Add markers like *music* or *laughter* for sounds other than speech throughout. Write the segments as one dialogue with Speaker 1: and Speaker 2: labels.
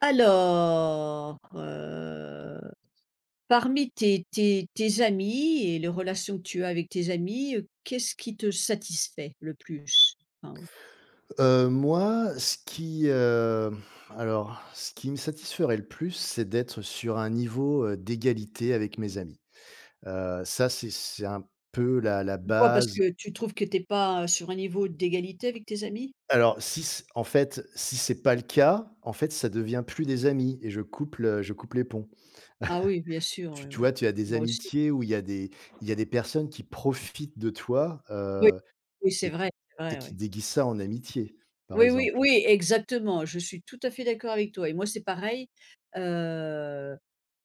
Speaker 1: Alors, parmi tes amis et les relations que tu as avec tes amis, qu'est-ce qui te satisfait le plus? Enfin,
Speaker 2: Moi, ce qui me satisferait le plus, c'est d'être sur un niveau, d'égalité avec mes amis. Ça, c'est un peu la
Speaker 1: pourquoi? Parce
Speaker 2: base.
Speaker 1: que tu trouves que tu es pas sur un niveau d'égalité avec tes amis?
Speaker 2: Si c'est pas le cas, en fait, ça devient plus des amis et je coupe les ponts.
Speaker 1: Ah oui, bien sûr,
Speaker 2: Tu
Speaker 1: oui,
Speaker 2: tu
Speaker 1: oui.
Speaker 2: vois, tu as des
Speaker 1: Moi aussi.
Speaker 2: amitiés où il y a des personnes qui profitent de toi,
Speaker 1: Oui, oui,
Speaker 2: et qui
Speaker 1: c'est
Speaker 2: et
Speaker 1: vrai,
Speaker 2: qui
Speaker 1: oui.
Speaker 2: déguisent ça en amitié, par
Speaker 1: Oui, oui,
Speaker 2: exemple.
Speaker 1: oui, exactement. Je suis tout à fait d'accord avec toi et moi, c'est pareil. Heu,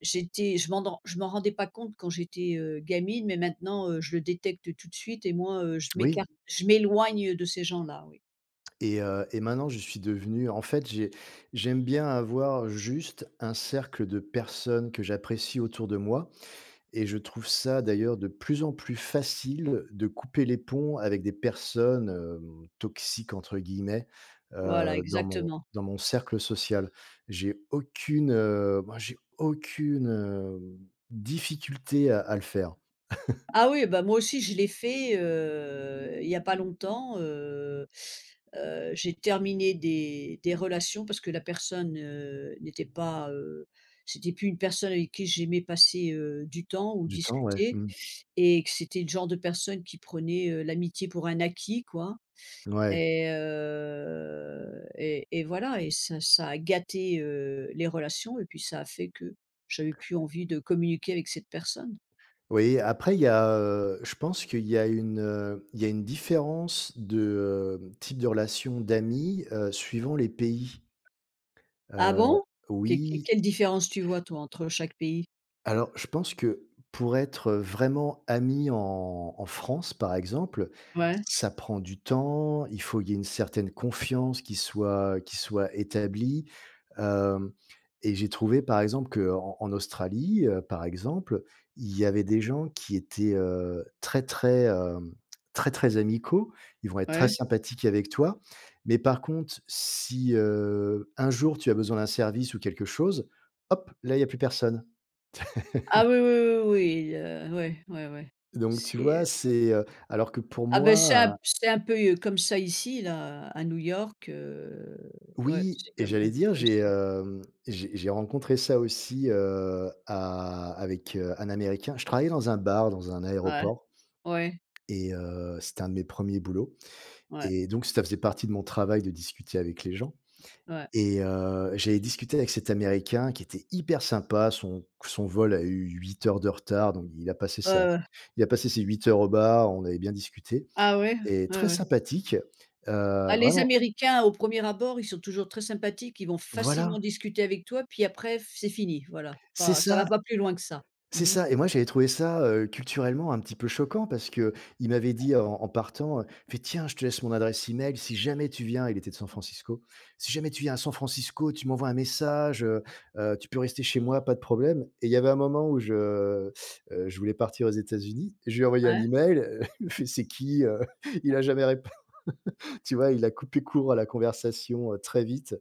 Speaker 1: j'étais je m'en rendais pas compte quand j'étais, gamine, mais maintenant, je le détecte tout de suite et moi,
Speaker 2: Oui.
Speaker 1: je m'éloigne de ces gens-là, oui.
Speaker 2: Et maintenant je suis devenu en fait, j'aime bien avoir juste un cercle de personnes que j'apprécie autour de moi, et je trouve ça d'ailleurs de plus en plus facile de couper les ponts avec des personnes, «toxiques» entre guillemets,
Speaker 1: Voilà,
Speaker 2: dans mon
Speaker 1: exactement.
Speaker 2: dans mon cercle social. Moi j'ai aucune, difficulté à le faire.
Speaker 1: Ah oui, bah, moi aussi, je l'ai fait, il y a pas longtemps, j'ai terminé des relations parce que la personne, n'était pas, c'était plus une personne avec qui j'aimais passer, du temps ou
Speaker 2: Du temps, ouais.
Speaker 1: discuter.
Speaker 2: Mmh.
Speaker 1: Et que c'était le genre de personne qui prenait, l'amitié pour un acquis, quoi
Speaker 2: Ouais.
Speaker 1: et voilà et ça a gâté, les relations et puis ça a fait que j'avais plus envie de communiquer avec cette personne.
Speaker 2: Oui, après je pense qu'il y a une, il y a une différence de, type de relation d'amis, suivant les pays.
Speaker 1: Ah
Speaker 2: Heu,
Speaker 1: bon?
Speaker 2: oui.
Speaker 1: Quelle différence tu vois toi entre chaque pays?
Speaker 2: Alors, je pense que pour être vraiment ami en France, par exemple,
Speaker 1: Ouais,
Speaker 2: ça prend du temps. Il faut qu'il y ait une certaine confiance qui soit établie, hem et j'ai trouvé, par exemple, qu'en en en Australie, par exemple, il y avait des gens qui étaient, très, très amicaux. Ils vont être très
Speaker 1: ouais.
Speaker 2: sympathiques avec toi, mais par contre, si, un jour tu as besoin d'un service ou quelque chose, hop, là, il n'y a plus personne.
Speaker 1: Ah oui, oui, oui, oui, ouais, ouais, ouais.
Speaker 2: Donc tu vois,
Speaker 1: C'est,
Speaker 2: alors que pour
Speaker 1: ah ben c'est un
Speaker 2: moi,
Speaker 1: c'est un peu, comme ça ici là, à New York, ouais,
Speaker 2: oui.
Speaker 1: c'est
Speaker 2: Et
Speaker 1: comme un
Speaker 2: j'allais
Speaker 1: peu
Speaker 2: dire
Speaker 1: comme
Speaker 2: j'ai,
Speaker 1: ça.
Speaker 2: hem, j'ai rencontré ça aussi, à avec un américain. Je travaillais dans un bar, dans un
Speaker 1: Ouais,
Speaker 2: aéroport,
Speaker 1: ouais,
Speaker 2: et c'était un de mes premiers ers boulots,
Speaker 1: ouais,
Speaker 2: et donc ça faisait partie de mon travail de discuter avec les gens.
Speaker 1: ouais.
Speaker 2: Et j'avais discuté avec cet américain qui était hyper sympa. Son vol a eu 8 heures de retard, donc
Speaker 1: Heu,
Speaker 2: il a passé ses 8 heures au bar, on avait bien discuté,
Speaker 1: ah ouais?
Speaker 2: et
Speaker 1: Ouais,
Speaker 2: très
Speaker 1: ouais.
Speaker 2: sympathique,
Speaker 1: Ah, les
Speaker 2: vraiment.
Speaker 1: Américains, au premier abord, ils sont toujours très sympathiques, ils vont facilement
Speaker 2: Voilà,
Speaker 1: discuter avec toi, puis après, f c'est fini, voilà.
Speaker 2: c'est
Speaker 1: Pas ça
Speaker 2: ça,
Speaker 1: va pas plus loin que ça.
Speaker 2: c'est
Speaker 1: Mmh mh.
Speaker 2: ça, et moi j'avais trouvé ça, culturellement un petit peu choquant, parce que il m'avait dit en partant, fait: «Tiens, je te laisse mon adresse email si jamais tu viens». Il était de San Francisco. «Si jamais tu viens à San Francisco, tu m'envoies un message, tu peux rester chez moi, pas de problème». Et il y avait un moment où je voulais partir aux États-Unis, je lui ai envoyé un
Speaker 1: Ouais.
Speaker 2: email, *laughs* fait: «C'est qui?» *laughs* Il a jamais rép tu vois? Il a coupé court à la conversation, très vite.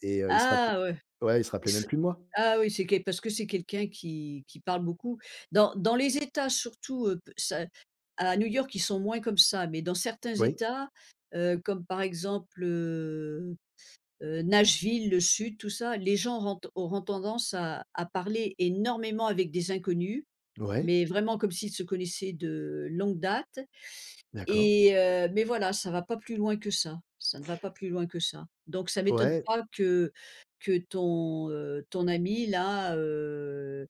Speaker 2: Et il se rappelait
Speaker 1: Ah ouais.
Speaker 2: ouais, il se
Speaker 1: Ils
Speaker 2: rappelait même
Speaker 1: se
Speaker 2: plus de moi.
Speaker 1: Ah oui, c'est quel parce que c'est quelqu'un qui parle beaucoup. Dans les États surtout, p ça à New York, ils sont moins comme ça, mais dans certains
Speaker 2: Oui,
Speaker 1: États, comme par exemple, Nashville, le sud, tout ça, les gens auront tendance à parler énormément avec des inconnus.
Speaker 2: ouais,
Speaker 1: Mais vraiment comme s'ils se connaissaient de longue date
Speaker 2: d'accord.
Speaker 1: et mais voilà, ça va pas plus loin que ça. Ça ne va pas plus loin que ça. Donc ça m'étonne
Speaker 2: Ouais,
Speaker 1: pas que ton, ton ami là,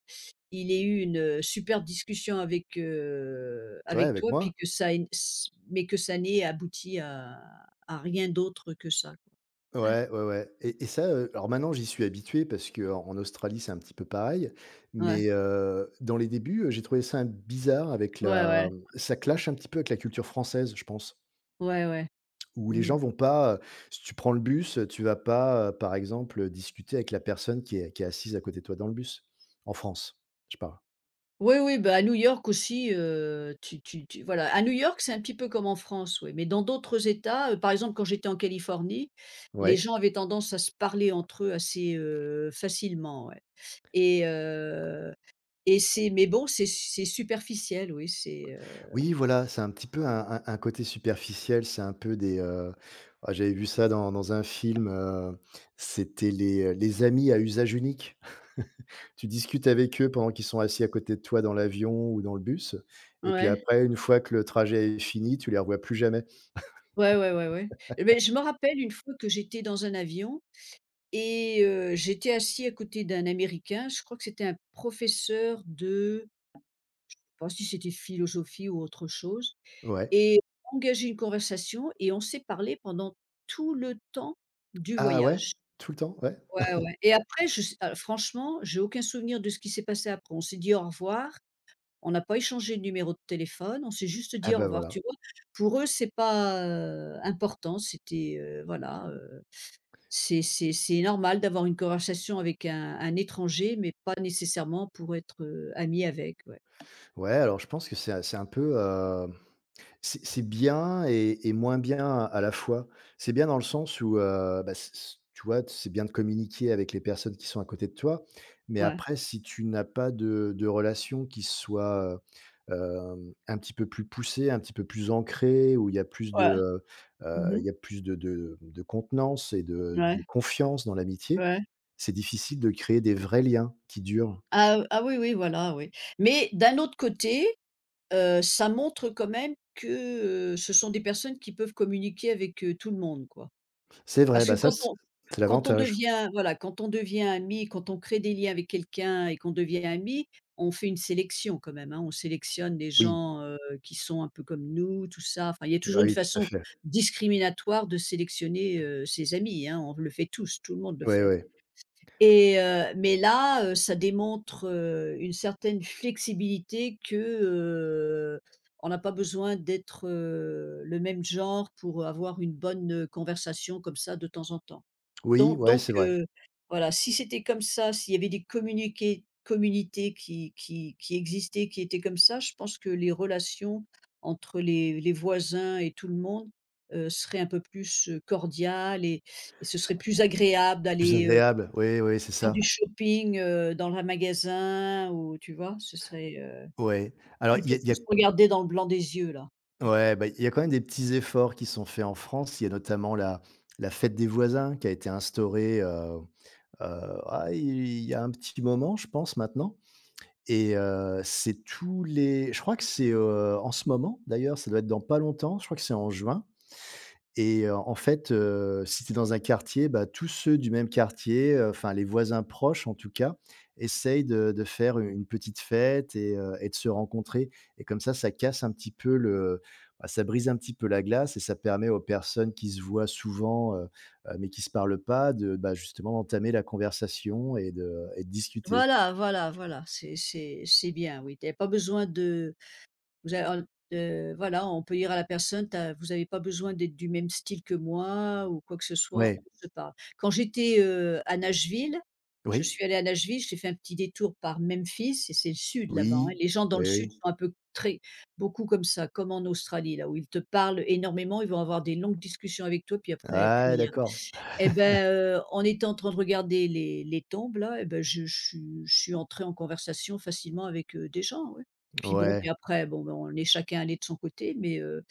Speaker 1: il ait eu une, super discussion avec, heu,
Speaker 2: ouais,
Speaker 1: avec
Speaker 2: avec
Speaker 1: toi
Speaker 2: moi.
Speaker 1: puis que ça ait s mais que ça n'ait abouti à rien d'autre que ça.
Speaker 2: Ouais, ouais, ouais, et ça, alors maintenant j'y suis habitué parce que en Australie, c'est un petit peu pareil,
Speaker 1: Quoi. Ouais.
Speaker 2: mais dans les débuts, j'ai trouvé ça bizarre avec
Speaker 1: Ouais, ouais.
Speaker 2: la mmh, ça clash un petit peu avec la culture française, je pense,
Speaker 1: Ouais, ouais.
Speaker 2: où les
Speaker 1: Mmh.
Speaker 2: gens vont pas, si tu prends le bus, tu vas pas, par exemple, discuter avec la personne qui est assise à côté de toi dans le bus. En France, je parle.
Speaker 1: Oui, oui, bah, à New York aussi, tu tu tu voilà, à New York, c'est un petit peu comme en France, oui, mais dans d'autres États, par exemple, quand j'étais en Californie, les
Speaker 2: Ouais.
Speaker 1: gens avaient tendance à se parler entre eux assez, facilement, ouais et heu et c'est mais bon, c'est superficiel, oui,
Speaker 2: Oui, voilà, c'est un petit peu un côté superficiel, c'est un peu des, ah, j'avais vu ça dans un film, les amis à usage unique. *laughs* Tu discutes avec eux pendant qu'ils sont assis à côté de toi dans l'avion ou dans le bus, et puis
Speaker 1: ouais,
Speaker 2: après, une fois que le trajet est fini, tu les revois plus jamais.
Speaker 1: ouais, ouais, ouais, ouais. Mais je me rappelle une fois que j'étais dans un avion et j'étais assis à côté d'un Américain, je crois que c'était un professeur de, je sais pas si c'était philosophie ou autre chose.
Speaker 2: Ouais.
Speaker 1: Et engager une conversation et on s'est parlé pendant tout le temps du
Speaker 2: Ah ouais?
Speaker 1: voyage.
Speaker 2: Tout le temps? Ouais?
Speaker 1: Ouais, ouais et après je s franchement, j'ai aucun souvenir de ce qui s'est passé après. On s'est dit au revoir, on n'a pas échangé de numéro de téléphone, on s'est juste
Speaker 2: Ah
Speaker 1: dit au
Speaker 2: bah,
Speaker 1: revoir,
Speaker 2: voilà.
Speaker 1: tu vois? Pour eux, c'est pas, important, c'était, voilà, c'est normal d'avoir une conversation avec un étranger, mais pas nécessairement pour être, ami avec, ouais.
Speaker 2: Ouais, alors je pense que c'est un peu, c'est bien et moins bien à la fois. C'est bien dans le sens où, bah, c c tu vois, c'est bien de communiquer avec les personnes qui sont à côté de toi, mais
Speaker 1: Ouais,
Speaker 2: après si tu n'as pas de relation qui soit, heu, un petit peu plus poussée, un petit peu plus ancrée, où il y a plus de,
Speaker 1: ouais. Mmh.
Speaker 2: il y a plus de de contenance et
Speaker 1: Ouais,
Speaker 2: de confiance dans l'amitié,
Speaker 1: ouais.
Speaker 2: c'est difficile de créer des vrais liens qui durent.
Speaker 1: Ah, ah oui, oui, voilà, oui. Mais d'un autre côté, ça montre quand même que, ce sont des personnes qui peuvent communiquer avec, tout le monde, quoi.
Speaker 2: C'est vrai,
Speaker 1: Parce que
Speaker 2: bah, ça, c'est l'avantage.
Speaker 1: quand on devient ami, quand on crée des liens avec quelqu'un et qu'on devient ami, on fait une sélection quand même, hein. On sélectionne les
Speaker 2: Oui,
Speaker 1: gens, qui sont un peu comme nous, tout ça. Enfin, il y a
Speaker 2: bah,
Speaker 1: toujours une
Speaker 2: oui, tout à
Speaker 1: façon
Speaker 2: fait.
Speaker 1: discriminatoire de sélectionner, ses amis, hein. On le fait tous, tout le monde le
Speaker 2: Ouais,
Speaker 1: fait.
Speaker 2: ouais.
Speaker 1: Et mais là, ça démontre, une certaine flexibilité que, on n'a pas besoin d'être, le même genre pour avoir une bonne, conversation comme ça de temps en temps.
Speaker 2: Oui,
Speaker 1: Donc
Speaker 2: ouais,
Speaker 1: donc
Speaker 2: c'est vrai.
Speaker 1: heu, voilà, si c'était comme ça, s'il y avait des communiqués communautés qui existaient, qui étaient comme ça, je pense que les relations entre les voisins et tout le monde, seraient un peu plus, cordiales et ce serait plus agréable
Speaker 2: Plus
Speaker 1: d'aller
Speaker 2: agréable, oui, oui, c'est
Speaker 1: faire
Speaker 2: ça.
Speaker 1: du shopping, dans un magasin ou tu vois? Ce serait,
Speaker 2: Ouais. Alors
Speaker 1: plutôt
Speaker 2: il
Speaker 1: que
Speaker 2: y
Speaker 1: de
Speaker 2: a
Speaker 1: se regarder dans le blanc des yeux là.
Speaker 2: ouais, bah, il y a quand même des petits efforts qui sont faits en France. Il y a notamment la fête des voisins qui a été instaurée, ah il y a un petit moment, je pense maintenant, et c'est tous les je crois que c'est, en ce moment d'ailleurs, ça doit être dans pas longtemps, je crois que c'est en juin. Et si tu es dans un quartier, bah, tous ceux du même quartier, enfin les voisins proches en tout cas, essayent de faire une petite fête et de se rencontrer, et comme ça casse un petit peu le bah, ça brise un petit peu la glace, et ça permet aux personnes qui se voient souvent, mais qui se parlent pas de, bah, justement entamer la conversation et de discuter.
Speaker 1: Voilà, voilà, voilà, c'est bien, oui, tu avais pas besoin de Vous a al voilà, on peut dire à la personne: «Tu vous avez pas besoin d'être du même style que moi ou quoi que ce soit,
Speaker 2: Ouais.
Speaker 1: on se parle». Quand j'étais, à Nashville, je
Speaker 2: Oui.
Speaker 1: suis allée à Nashville, j'ai fait un petit détour par Memphis et c'est le sud là-bas, hein.
Speaker 2: Oui.
Speaker 1: Les gens dans le
Speaker 2: Oui,
Speaker 1: sud
Speaker 2: oui.
Speaker 1: sont un peu très beaucoup comme ça, comme en Australie, là où ils te parlent énormément, ils vont avoir des longues discussions avec toi puis après, plus
Speaker 2: Ah
Speaker 1: rien.
Speaker 2: d'accord.
Speaker 1: Et ben, en étant en train de regarder les tombes là, et ben, je suis entrée en conversation facilement avec, des gens, ouais. Puis bon,
Speaker 2: Ouais.
Speaker 1: puis après, bon, ben, on est chacun allé de son côté, mais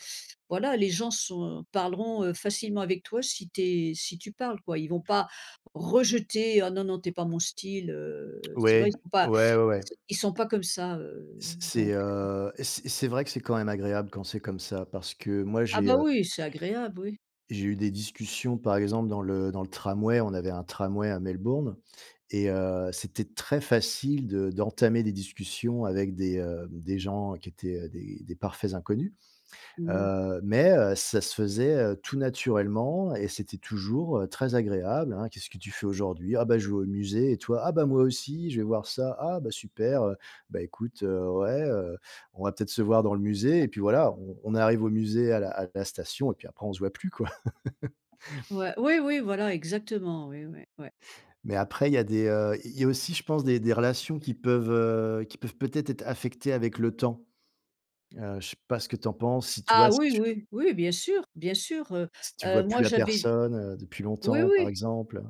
Speaker 1: voilà, les gens sont parleront, facilement avec toi si tu parles, quoi. Ils vont pas rejeter: «Ah non, non, t'es pas mon style», tu vois?
Speaker 2: Ouais. Ouais, ouais, ouais.
Speaker 1: Ils sont pas comme ça, donc.
Speaker 2: C'est vrai que c'est quand même agréable quand c'est comme ça, parce que moi
Speaker 1: Ah bah, oui, c'est agréable, oui.
Speaker 2: j'ai eu des discussions par exemple dans le tramway, on avait un tramway à Melbourne, et c'était très facile de d'entamer des discussions avec des gens qui étaient, des parfaits inconnus.
Speaker 1: Mmh.
Speaker 2: Ça se faisait, tout naturellement et c'était toujours, très agréable, hein. «Qu'est-ce que tu fais aujourd'hui?» «Ah bah, je vais au musée, et toi?» «Ah bah, moi aussi, je vais voir ça». «Ah bah, super, bah, écoute, on va peut-être se voir dans le musée». Et puis voilà, on arrive au musée, à la station, et puis après on se voit plus, quoi. *laughs*
Speaker 1: Ouais, oui, oui, voilà, exactement, oui, oui, ouais.
Speaker 2: Mais après il y a des, il y a aussi, je pense, des relations qui peuvent peut-être être affectées avec le temps. Je sais pas ce que t'en penses,
Speaker 1: Ah oui, oui, oui, bien sûr,
Speaker 2: si tu vois plus
Speaker 1: moi
Speaker 2: la
Speaker 1: j'avais
Speaker 2: personne, depuis
Speaker 1: oui,
Speaker 2: longtemps, par
Speaker 1: oui,
Speaker 2: exemple?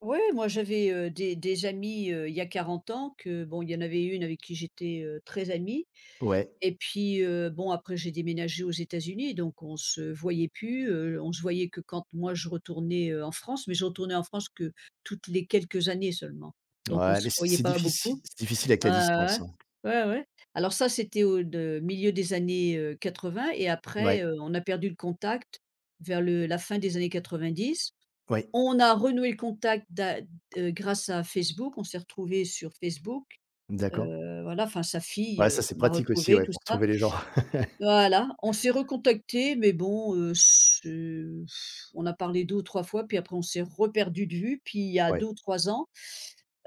Speaker 1: oui, moi j'avais, des amis, il y a 40 ans. Que bon, il y en avait une avec qui j'étais, très amie
Speaker 2: Ouais.
Speaker 1: et puis, bon, après j'ai déménagé aux États-Unis, donc on se voyait plus, on se voyait que quand moi je retournais, en France, mais je retournais en France que toutes les quelques années seulement. Donc on
Speaker 2: Ouais,
Speaker 1: se
Speaker 2: mais
Speaker 1: voyait pas beaucoup.
Speaker 2: c'est difficile avec la
Speaker 1: Ouais, ouais,
Speaker 2: distance,
Speaker 1: ouais.
Speaker 2: hein.
Speaker 1: Ouais, ouais. Alors ça, c'était au de milieu des années, 80, et
Speaker 2: Ouais,
Speaker 1: après, on a perdu le contact vers le la fin des années 90.
Speaker 2: ouais,
Speaker 1: On a renoué le contact, d'a grâce à Facebook. On s'est retrouvés sur Facebook,
Speaker 2: d'accord.
Speaker 1: voilà, enfin sa fille,
Speaker 2: Ouais, ça, c'est
Speaker 1: on l'a
Speaker 2: pratique aussi,
Speaker 1: retrouvée,
Speaker 2: ouais,
Speaker 1: tout
Speaker 2: pour
Speaker 1: ça.
Speaker 2: retrouver les gens. *laughs*
Speaker 1: Voilà, on s'est recontacté, mais bon, ce on a parlé 2 ou 3 fois, puis après on s'est reperdus de vue. Puis il y a
Speaker 2: Ouais.
Speaker 1: 2 ou 3 ans,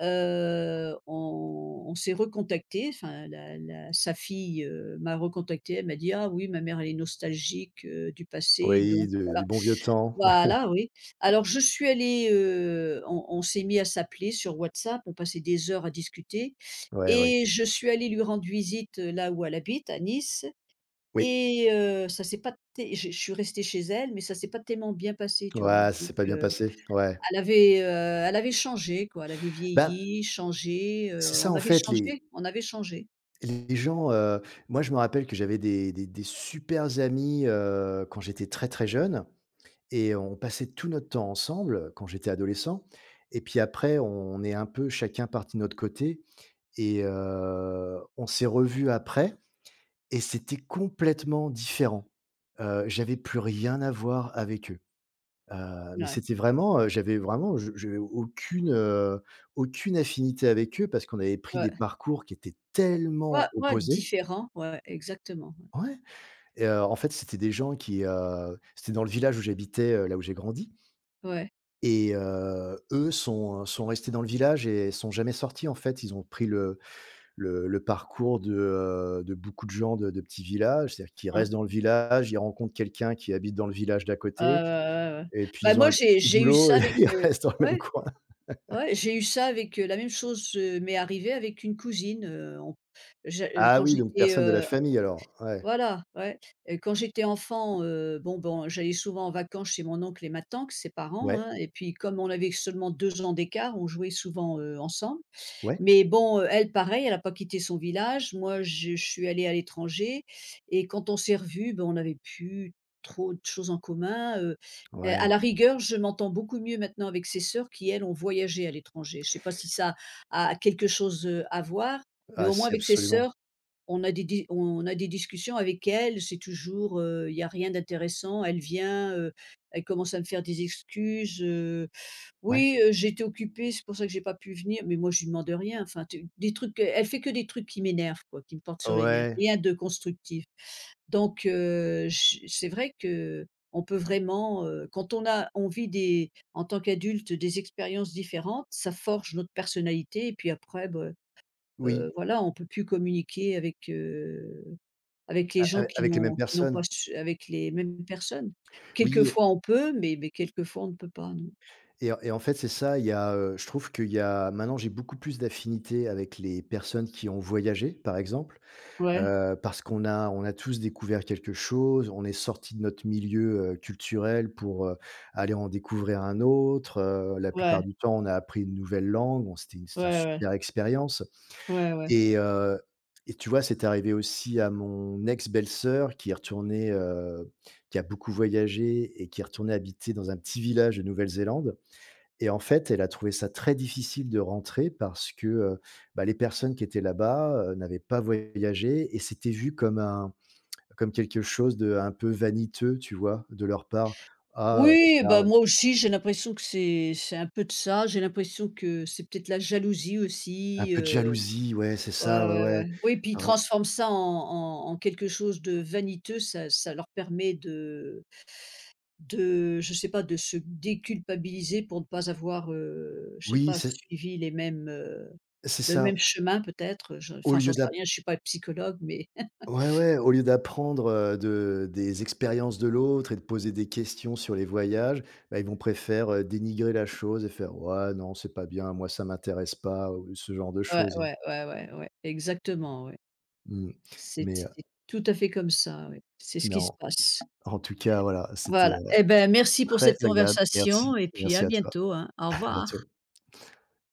Speaker 1: on s'est recontacté. Enfin, la la sa fille, m'a recontacté. Elle m'a dit: «Ah oui, ma mère, elle est nostalgique, du passé,
Speaker 2: Oui,
Speaker 1: donc
Speaker 2: de
Speaker 1: voilà».
Speaker 2: du bon vieux temps.
Speaker 1: Voilà, oui. Alors on s'est mis à s'appeler sur WhatsApp, on passait des heures à discuter
Speaker 2: *laughs* Ouais, ouais.
Speaker 1: et je suis allée lui rendre visite, là où elle habite, à Nice.
Speaker 2: Oui.
Speaker 1: Et ça s'est pas té je suis restée chez elle, mais ça s'est pas tellement bien passé, tu vois?
Speaker 2: Ouais,
Speaker 1: Donc
Speaker 2: c'est pas bien passé. Ouais.
Speaker 1: elle avait, heu, elle avait changé, quoi, elle avait
Speaker 2: Ben,
Speaker 1: vieilli, changé,
Speaker 2: c'est ça,
Speaker 1: on
Speaker 2: en
Speaker 1: avait
Speaker 2: fait,
Speaker 1: changé, on avait changé.
Speaker 2: les gens, moi, je me rappelle que j'avais des supers amis, quand j'étais très, très jeune, et on passait tout notre temps ensemble, quand j'étais adolescent, et puis après, on est un peu chacun parti de notre côté, et on s'est revus après. Et c'était complètement différent. J'avais plus rien à voir avec eux. Mais
Speaker 1: Ouais,
Speaker 2: c'était vraiment, j'avais vraiment je J'avais aucune, aucune affinité avec eux parce qu'on avait pris des
Speaker 1: ouais.
Speaker 2: parcours qui étaient
Speaker 1: Ouais,
Speaker 2: tellement
Speaker 1: ouais,
Speaker 2: opposés.
Speaker 1: différent, ouais, exactement, ouais.
Speaker 2: Ouais. Et en fait, c'était des gens qui, c'était dans le village où j'habitais, là où j'ai grandi,
Speaker 1: Ouais,
Speaker 2: et sont restés dans le village et sont jamais sortis en fait. Ils ont pris le parcours de beaucoup de gens de petits villages. C'est-à-dire qu'ils restent
Speaker 1: hein.
Speaker 2: dans le village, ils rencontrent quelqu'un qui habite dans le village d'à
Speaker 1: Ouais, ouais,
Speaker 2: côté,
Speaker 1: ouais, ouais.
Speaker 2: et puis
Speaker 1: Bah,
Speaker 2: ils ont
Speaker 1: moi,
Speaker 2: un
Speaker 1: j'ai
Speaker 2: petit
Speaker 1: j'ai eu
Speaker 2: boulot
Speaker 1: ça
Speaker 2: et
Speaker 1: avec,
Speaker 2: *laughs* ils restent dans le
Speaker 1: ouais,
Speaker 2: même coin.
Speaker 1: ouais, j'ai eu ça avec, la même chose, m'est arrivée avec une cousine, on j'a
Speaker 2: Ah
Speaker 1: quand
Speaker 2: oui, donc
Speaker 1: j'étais,
Speaker 2: personne de la famille alors? Ouais.
Speaker 1: voilà, ouais. Quand j'étais enfant, bon, ben, j'allais souvent en vacances chez mon oncle et ma tante, ses parents,
Speaker 2: Ouais.
Speaker 1: hein, et puis comme on avait seulement 2 ans d'écart, on jouait souvent, ensemble,
Speaker 2: Ouais.
Speaker 1: mais bon, elle pareil, elle a pas quitté son village. Moi, je suis allée à l'étranger et quand on s'est revus, ben, on n'avait plus trop de choses en commun, à la
Speaker 2: Ouais.
Speaker 1: rigueur, je m'entends beaucoup mieux maintenant avec ses sœurs qui, elles, ont voyagé à l'étranger. Je ne sais pas si ça a quelque chose, à voir, mais
Speaker 2: Ah
Speaker 1: au moins
Speaker 2: si,
Speaker 1: avec ses sœurs,
Speaker 2: absolument.
Speaker 1: on a des di on a des discussions avec elles, c'est toujours, il y a rien d'intéressant. Elle vient, elle commence à me faire des excuses,
Speaker 2: Ouais.
Speaker 1: oui, j'étais occupée, c'est pour ça que j'ai pas pu venir, mais moi je lui demande rien, enfin, tu des trucs, elle fait que des trucs qui m'énervent, quoi, qui me portent sur les nerfs,
Speaker 2: Ouais.
Speaker 1: rien de constructif. Donc j c'est vrai que on peut vraiment, quand on vit des en tant qu'adulte des expériences différentes, ça forge notre personnalité et puis après, ben,
Speaker 2: Oui,
Speaker 1: voilà, on peut plus communiquer avec, avec les
Speaker 2: a
Speaker 1: gens
Speaker 2: a
Speaker 1: qui
Speaker 2: avec les mêmes
Speaker 1: n'ont qui n'ont pas
Speaker 2: personnes.
Speaker 1: su avec les mêmes personnes.
Speaker 2: Oui,
Speaker 1: Quelquefois on peut, mais quelquefois on ne peut pas, non.
Speaker 2: et en fait, c'est ça, je trouve qu'il y a maintenant j'ai beaucoup plus d'affinité avec les personnes qui ont voyagé, par exemple.
Speaker 1: Ouais,
Speaker 2: Parce qu'on a tous découvert quelque chose, on est sorti de notre milieu, culturel pour, aller en découvrir un autre, la
Speaker 1: ouais,
Speaker 2: plupart du temps, on a appris une nouvelle langue, on c'était une
Speaker 1: ouais, ouais.
Speaker 2: super expérience.
Speaker 1: Ouais, ouais.
Speaker 2: Et et tu vois, c'est arrivé aussi à mon ex-belle-sœur qui est retournée, qui a beaucoup voyagé et qui est retournée habiter dans un petit village de Nouvelle-Zélande, et en fait, elle a trouvé ça très difficile de rentrer parce que, bah, les personnes qui étaient là-bas, n'avaient pas voyagé et c'était vu comme un comme quelque chose de un peu vaniteux, tu vois? De leur part. «Ah,
Speaker 1: Oui, bah,
Speaker 2: regarde».
Speaker 1: moi aussi, j'ai l'impression que c'est un peu de ça. J'ai l'impression que c'est peut-être la jalousie
Speaker 2: Un
Speaker 1: aussi,
Speaker 2: peu de jalousie, ouais, c'est
Speaker 1: ouais,
Speaker 2: ça, ouais,
Speaker 1: ouais, ouais.
Speaker 2: ouais.
Speaker 1: Oui, puis ils
Speaker 2: Heu,
Speaker 1: transforment ça en quelque chose de vaniteux. Ça leur permet de je sais pas, de se déculpabiliser pour ne pas avoir, je sais
Speaker 2: oui,
Speaker 1: pas, suivi
Speaker 2: c'est
Speaker 1: le
Speaker 2: ça.
Speaker 1: même chemin peut-être, je
Speaker 2: Au
Speaker 1: enfin, j'en
Speaker 2: lieu
Speaker 1: sais
Speaker 2: d'app
Speaker 1: rien, je suis pas psychologue, mais
Speaker 2: Ouais, ouais, au lieu d'apprendre, de des expériences de l'autre et de poser des questions sur les voyages, bah, ils vont préférer dénigrer la chose et faire: «Ouais, non, c'est pas bien, moi ça m'intéresse pas», ou ce genre de
Speaker 1: *laughs* ouais,
Speaker 2: choses, hein.
Speaker 1: ouais, ouais, ouais, ouais, exactement, ouais.
Speaker 2: Mmh.
Speaker 1: C'est
Speaker 2: Mais, heu,
Speaker 1: c'est tout à fait comme ça, oui. C'est ce
Speaker 2: mais
Speaker 1: qui se
Speaker 2: en
Speaker 1: passe.
Speaker 2: En tout cas, voilà, c'était,
Speaker 1: Voilà. Eh ben, merci pour
Speaker 2: très
Speaker 1: cette
Speaker 2: agréable. Merci,
Speaker 1: conversation et puis à
Speaker 2: merci à toi.
Speaker 1: bientôt, hein. Au
Speaker 2: À
Speaker 1: revoir.
Speaker 2: bientôt.